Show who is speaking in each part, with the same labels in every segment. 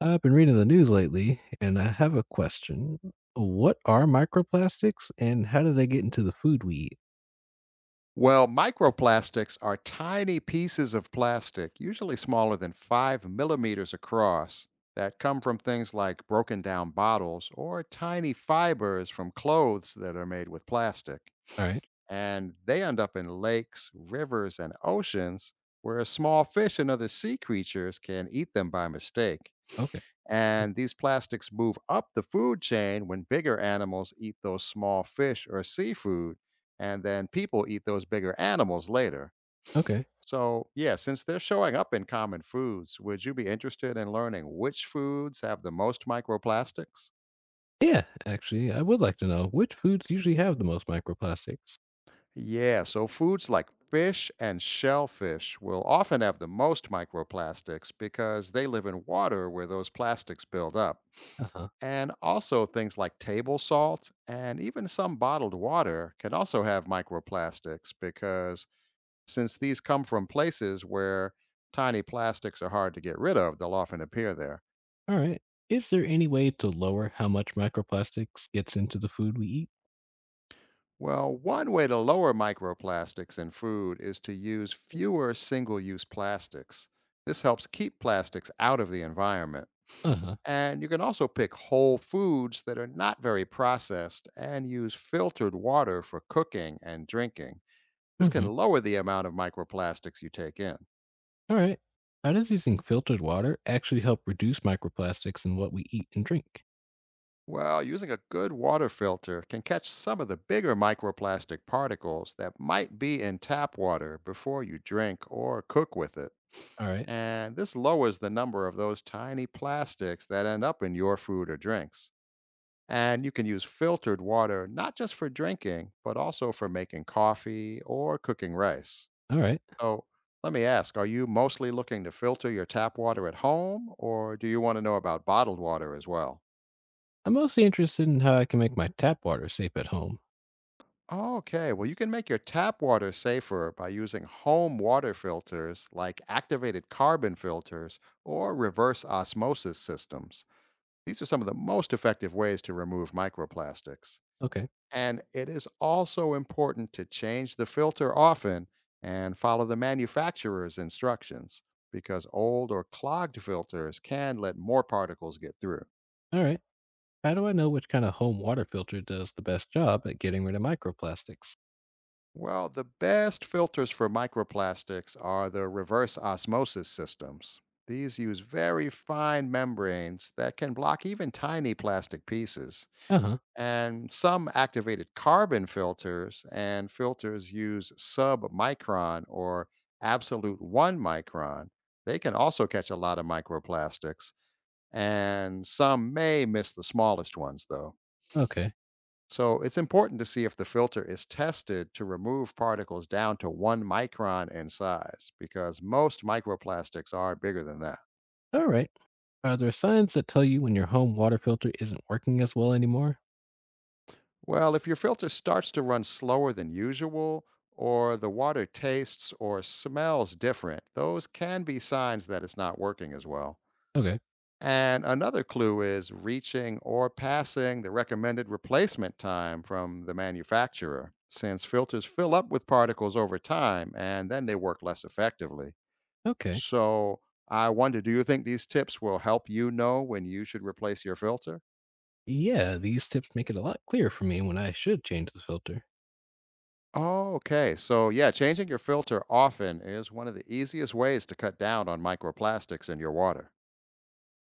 Speaker 1: I've been reading the news lately, and I have a question. What are microplastics and how do they get into the food we eat?
Speaker 2: Well, microplastics are tiny pieces of plastic, usually smaller than 5 mm across, that come from things like broken down bottles or tiny fibers from clothes that are made with plastic.
Speaker 1: All right.
Speaker 2: And they end up in lakes, rivers, and oceans where small fish and other sea creatures can eat them by mistake.
Speaker 1: Okay.
Speaker 2: And these plastics move up the food chain when bigger animals eat those small fish or seafood, and then people eat those bigger animals later.
Speaker 1: Okay.
Speaker 2: So, yeah, since they're showing up in common foods, would you be interested in learning which foods have the most microplastics?
Speaker 1: Yeah, actually, I would like to know which foods usually have the most microplastics.
Speaker 2: Yeah, so foods like fish and shellfish will often have the most microplastics because they live in water where those plastics build up.
Speaker 1: Uh huh.
Speaker 2: And also, things like table salt and even some bottled water can also have microplastics because since these come from places where tiny plastics are hard to get rid of, they'll often appear there.
Speaker 1: All right. Is there any way to lower how much microplastics gets into the food we eat?
Speaker 2: Well, one way to lower microplastics in food is to use fewer single use plastics. This helps keep plastics out of the environment.
Speaker 1: Uh huh.
Speaker 2: And you can also pick whole foods that are not very processed and use filtered water for cooking and drinking. This can
Speaker 1: Mm-hmm.
Speaker 2: lower the amount of microplastics you take in.
Speaker 1: All right. How does using filtered water actually help reduce microplastics in what we eat and drink?
Speaker 2: Well, using a good water filter can catch some of the bigger microplastic particles that might be in tap water before you drink or cook with it.
Speaker 1: All right.
Speaker 2: And this lowers the number of those tiny plastics that end up in your food or drinks. And you can use filtered water not just for drinking, but also for making coffee or cooking rice.
Speaker 1: All right.
Speaker 2: So let me ask, are you mostly looking to filter your tap water at home or do you want to know about bottled water as well?
Speaker 1: I'm mostly interested in how I can make my tap water safe at home.
Speaker 2: Okay, well, you can make your tap water safer by using home water filters like activated carbon filters or reverse osmosis systems. These are some of the most effective ways to remove microplastics.
Speaker 1: Okay.
Speaker 2: And it is also important to change the filter often and follow the manufacturer's instructions because old or clogged filters can let more particles get through.
Speaker 1: All right. How do I know which kind of home water filter does the best job at getting rid of microplastics?
Speaker 2: Well, the best filters for microplastics are the reverse osmosis systems. These use very fine membranes that can block even tiny plastic pieces.
Speaker 1: Uh huh.
Speaker 2: And some activated carbon filters and filters use submicron or absolute one micron. They can also catch a lot of microplastics, and some may miss the smallest ones, though.
Speaker 1: Okay.
Speaker 2: So it's important to see if the filter is tested to remove particles down to one micron in size, because most microplastics are bigger than that.
Speaker 1: All right. Are there signs that tell you when your home water filter isn't working as well anymore?
Speaker 2: Well, if your filter starts to run slower than usual, or the water tastes or smells different, those can be signs that it's not working as well.
Speaker 1: Okay.
Speaker 2: And another clue is reaching or passing the recommended replacement time from the manufacturer, since filters fill up with particles over time and then they work less effectively.
Speaker 1: Okay.
Speaker 2: So, I wonder do you think these tips will help you know when you should replace your filter?
Speaker 1: Yeah, these tips make it a lot clearer for me when I should change the filter.
Speaker 2: Oh, okay. So, yeah, changing your filter often is one of the easiest ways to cut down on microplastics in your water.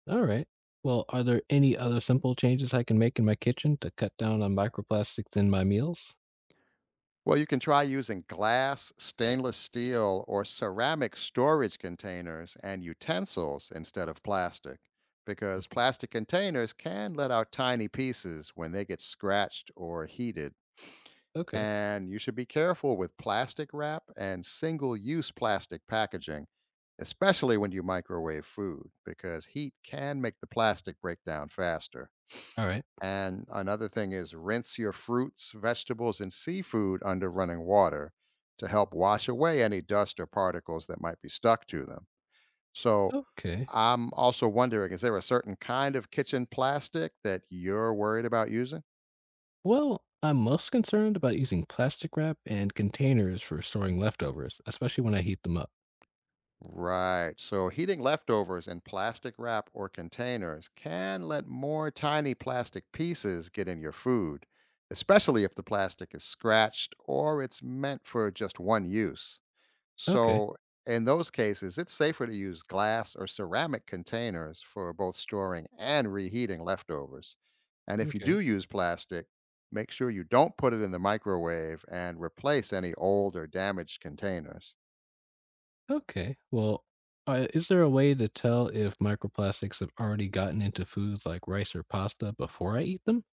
Speaker 1: All right. Well, are there any other simple changes I can make in my kitchen to cut down on microplastics in my meals?
Speaker 2: Well, you can try using glass, stainless steel, or ceramic storage containers and utensils instead of plastic, because
Speaker 1: Mhm.
Speaker 2: plastic containers can let out tiny pieces when they get scratched or heated.
Speaker 1: Okay.
Speaker 2: And you should be careful with plastic wrap and single use plastic packaging, especially when you microwave food, because heat can make the plastic break down faster.
Speaker 1: All right.
Speaker 2: And another thing is rinse your fruits, vegetables, and seafood under running water to help wash away any dust or particles that might be stuck to them. So,
Speaker 1: Okay.
Speaker 2: I'm also wondering is there a certain kind of kitchen plastic that you're worried about using?
Speaker 1: Well, I'm most concerned about using plastic wrap and containers for storing leftovers, especially when I heat them up.
Speaker 2: Right. So heating leftovers in plastic wrap or containers can let more tiny plastic pieces get in your food, especially if the plastic is scratched or it's meant for just one use.
Speaker 1: Okay.
Speaker 2: So, in those cases, it's safer to use glass or ceramic containers for both storing and reheating leftovers. And if you
Speaker 1: Okay.
Speaker 2: do use plastic, make sure you don't put it in the microwave and replace any old or damaged containers.
Speaker 1: Okay. Well, is there a way to tell if microplastics have already gotten into foods like rice or pasta before I eat them?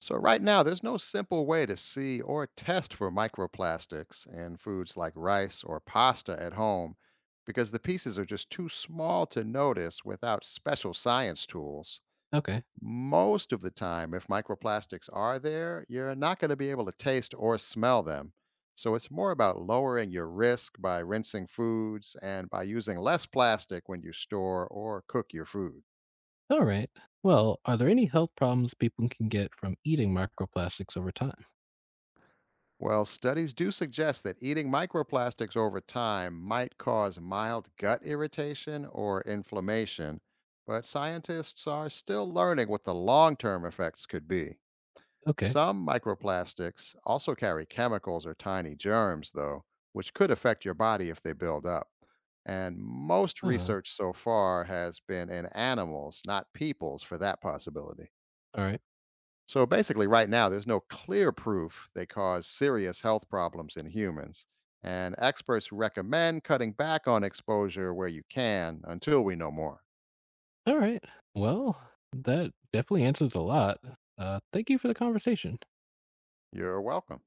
Speaker 2: So, right now, there's no simple way to see or test for microplastics in foods like rice or pasta at home because the pieces are just too small to notice without special science tools.
Speaker 1: Okay.
Speaker 2: Most of the time, if microplastics are there, you're not going to be able to taste or smell them. So, it's more about lowering your risk by rinsing foods and by using less plastic when you store or cook your food.
Speaker 1: All right. Well, are there any health problems people can get from eating microplastics over time?
Speaker 2: Well, studies do suggest that eating microplastics over time might cause mild gut irritation or inflammation, but scientists are still learning what the long term effects could be.
Speaker 1: Okay.
Speaker 2: Some microplastics also carry chemicals or tiny germs, though, which could affect your body if they build up. And most
Speaker 1: Uh,
Speaker 2: research so far has been in animals, not people's, for that possibility.
Speaker 1: all right.
Speaker 2: So basically, right now, there's no clear proof they cause serious health problems in humans. And experts recommend cutting back on exposure where you can until we know more.
Speaker 1: All right. Well, that definitely answers a lot. Thank you for the conversation.
Speaker 2: You're welcome.